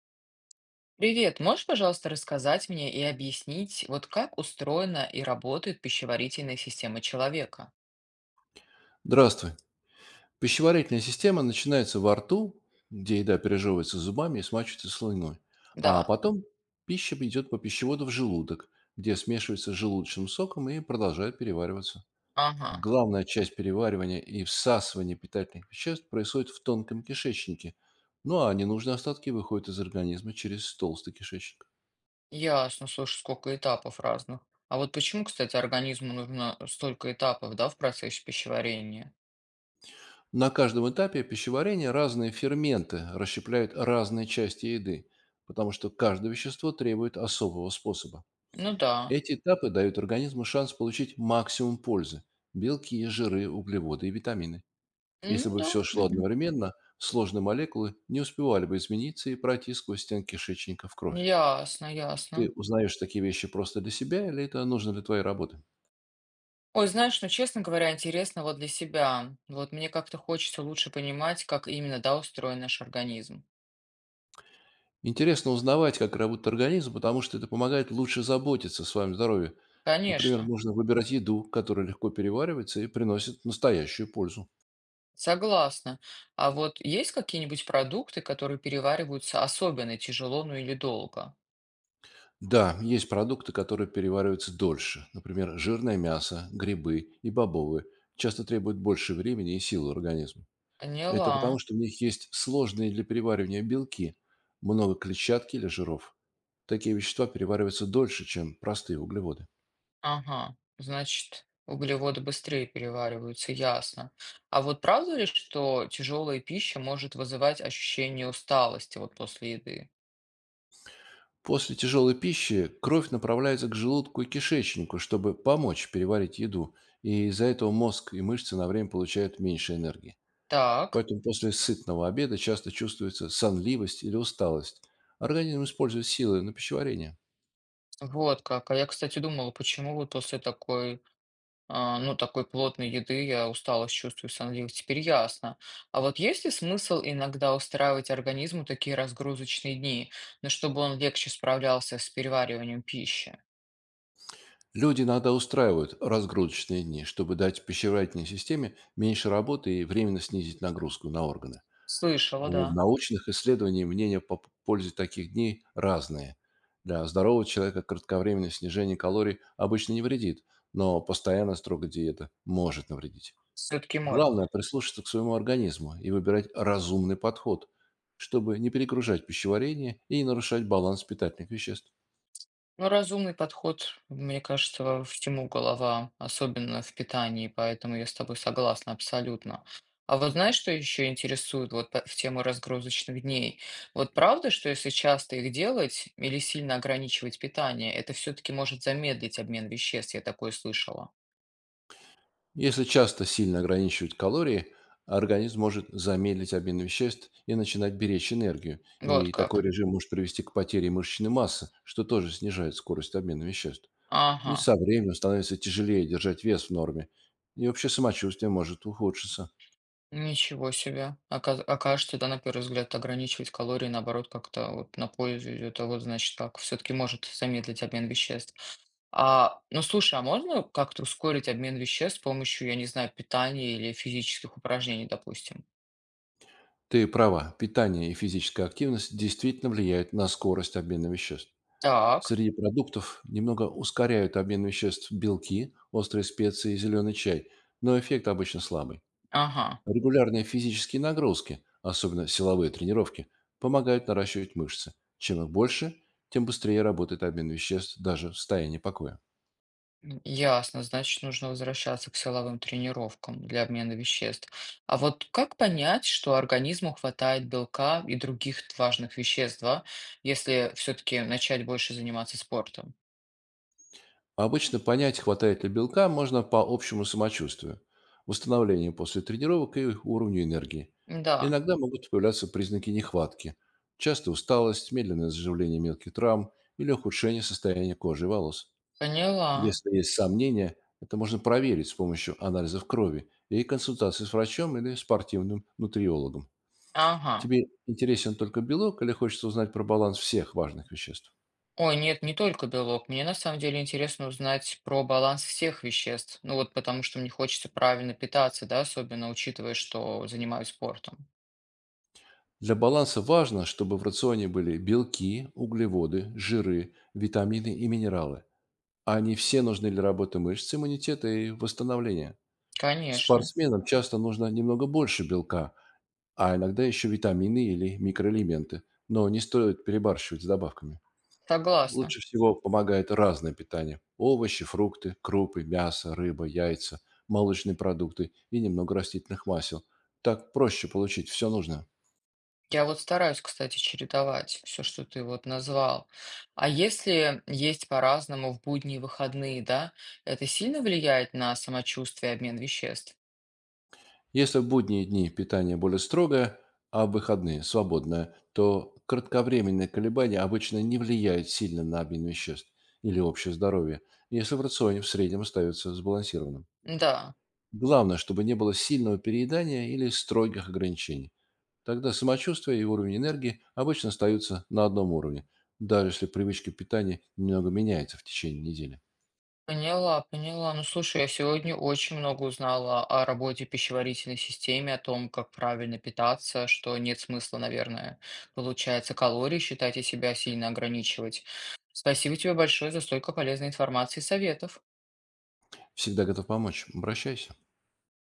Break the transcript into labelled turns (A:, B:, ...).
A: Привет, можешь, пожалуйста, рассказать мне и объяснить, вот как устроена и работает пищеварительная система человека?
B: Здравствуй. Пищеварительная система начинается во рту, где еда пережевывается зубами и смачивается слюной.
A: Да,
B: А потом пища идет по пищеводу в желудок, где смешивается с желудочным соком и продолжает перевариваться.
A: ага,
B: Главная часть переваривания и всасывания питательных веществ происходит в тонком кишечнике, ну а ненужные остатки выходят из организма через толстый кишечник.
A: ясно, слушай, сколько этапов разных. А вот почему, кстати, организму нужно столько этапов, да, в процессе пищеварения?
B: На каждом этапе пищеварения разные ферменты расщепляют разные части еды, потому что каждое вещество требует особого способа.
A: Ну да.
B: Эти этапы дают организму шанс получить максимум пользы– белки, жиры, углеводы и витамины. Если
A: М,
B: бы
A: да,
B: все шло
A: мгм.
B: одновременно, сложные молекулы не успевали бы измениться и пройти сквозь стенки кишечника в кровь.
A: Ясно, ясно.
B: Ты узнаешь такие вещи просто для себя или это нужно для твоей работы?
A: Ой, знаешь, ну, честно говоря, интересно вот для себя. Вот мне как-то хочется лучше понимать, как именно, да, устроен наш организм.
B: Интересно узнавать, как работает организм, потому что это помогает лучше заботиться о своем здоровье. Например,
A: Конечно.
B: можно выбирать еду, которая легко переваривается и приносит настоящую пользу.
A: Согласна. А вот есть какие-нибудь продукты, которые перевариваются особенно тяжело, ну или долго?
B: Да, есть продукты, которые перевариваются дольше. Например, жирное мясо, грибы и бобовые часто требуют больше времени и сил у организма. Это
A: Поняла.
B: потому, что в них есть сложные для переваривания белки, много клетчатки или жиров. Такие вещества перевариваются дольше, чем простые углеводы.
A: Ага. Значит, углеводы быстрее перевариваются, ясно. А вот правда ли, что тяжелая пища может вызывать ощущение усталости вот после еды?
B: После тяжелой пищи кровь направляется к желудку и кишечнику, чтобы помочь переварить еду, и из-за этого мозг и мышцы на время получают меньше энергии.
A: Так,
B: Поэтому после сытного обеда часто чувствуется сонливость или усталость. Организм использует силы на пищеварение.
A: вот как. А я, кстати, думала, почему вот после такой ну, такой плотной еды я усталость чувствую, сонливость. Теперь ясно. А вот есть ли смысл иногда устраивать организму такие разгрузочные дни, ну, чтобы он легче справлялся с перевариванием пищи?
B: Люди иногда устраивают разгрузочные дни, чтобы дать пищеварительной системе меньше работы и временно снизить нагрузку на органы.
A: Слышала,
B: У
A: да.
B: научных исследований мнения по пользе таких дней разные. Для здорового человека кратковременное снижение калорий обычно не вредит, но постоянно строгая диета может навредить.
A: Все-таки может.
B: Главное– прислушаться к своему организму и выбирать разумный подход, чтобы не перегружать пищеварение и не нарушать баланс питательных веществ.
A: Ну, разумный подход, мне кажется, всему голова, особенно в питании, поэтому я с тобой согласна абсолютно. А вот знаешь, что еще интересует вот в тему разгрузочных дней? Вот правда, что если часто их делать или сильно ограничивать питание, это все-таки может замедлить обмен веществ, я такое слышала.
B: Если часто сильно ограничивать калории, организм может замедлить обмен веществ и начинать беречь энергию,
A: Вот
B: и
A: как.
B: такой режим может привести к потере мышечной массы, что тоже снижает скорость обмена веществ.
A: Ага.
B: И со временем становится тяжелее держать вес в норме, и общее самочувствие может ухудшиться.
A: Ничего себе. Окажется, да, на первый взгляд, ограничивать калории, наоборот, как-то вот на пользу идет, а вот значит как, все-таки может замедлить обмен веществ. А, ну слушай, а можно как-то ускорить обмен веществ с помощью, я не знаю, питания или физических упражнений, допустим?
B: Ты права, питание и физическая активность действительно влияют на скорость обмена веществ.
A: Так,
B: Среди продуктов немного ускоряют обмен веществ белки, острые специи и зеленый чай, но эффект обычно слабый.
A: ага.
B: Регулярные физические нагрузки, особенно силовые тренировки, помогают наращивать мышцы. Чем их больше, тем быстрее работает обмен веществ даже в состоянии покоя.
A: М, ясно, значит, нужно возвращаться к силовым тренировкам для обмена веществ. А вот как понять, что организму хватает белка и других важных веществ, да, если все-таки начать больше заниматься спортом?
B: Обычно понять, хватает ли белка, можно по общему самочувствию, восстановлению после тренировок и уровню энергии.
A: Да,
B: Иногда могут появляться признаки нехватки, часто усталость, медленное заживление мелких травм или ухудшение состояния кожи и волос.
A: поняла.
B: Если есть сомнения, это можно проверить с помощью анализов крови и консультации с врачом или спортивным нутриологом.
A: Ага.
B: Тебе интересен только белок или хочется узнать про баланс всех важных веществ?
A: Ой, нет, не только белок. Мне на самом деле интересно узнать про баланс всех веществ. Ну вот потому что мне хочется правильно питаться, да, особенно учитывая, что занимаюсь спортом.
B: Для баланса важно, чтобы в рационе были белки, углеводы, жиры, витамины и минералы. Они все нужны для работы мышц, иммунитета и восстановления.
A: Конечно.
B: Спортсменам часто нужно немного больше белка, а иногда еще витамины или микроэлементы. Но не стоит перебарщивать с добавками.
A: Согласна.
B: Лучше всего помогает разное питание. Овощи, фрукты, крупы, мясо, рыба, яйца, молочные продукты и немного растительных масел. Так проще получить все нужное.
A: Я вот стараюсь, кстати, чередовать все, что ты вот назвал. А если есть по-разному в будние и выходные, да, это сильно влияет на самочувствие и обмен веществ?
B: Если в будние дни питание более строгое, а в выходные– свободное, то кратковременные колебания обычно не влияют сильно на обмен веществ или общее здоровье, если в рационе в среднем остается сбалансированным.
A: Да,
B: Главное, чтобы не было сильного переедания или строгих ограничений. Тогда самочувствие и уровень энергии обычно остаются на одном уровне, даже если привычка питания немного меняется в течение недели.
A: поняла, поняла. Ну, слушай, я сегодня очень много узнала о работе пищеварительной системы, о том, как правильно питаться, что нет смысла, наверное, получается, калории считать и себя сильно ограничивать. Спасибо тебе большое за столько полезной информации и советов.
B: Всегда готов помочь. Обращайся.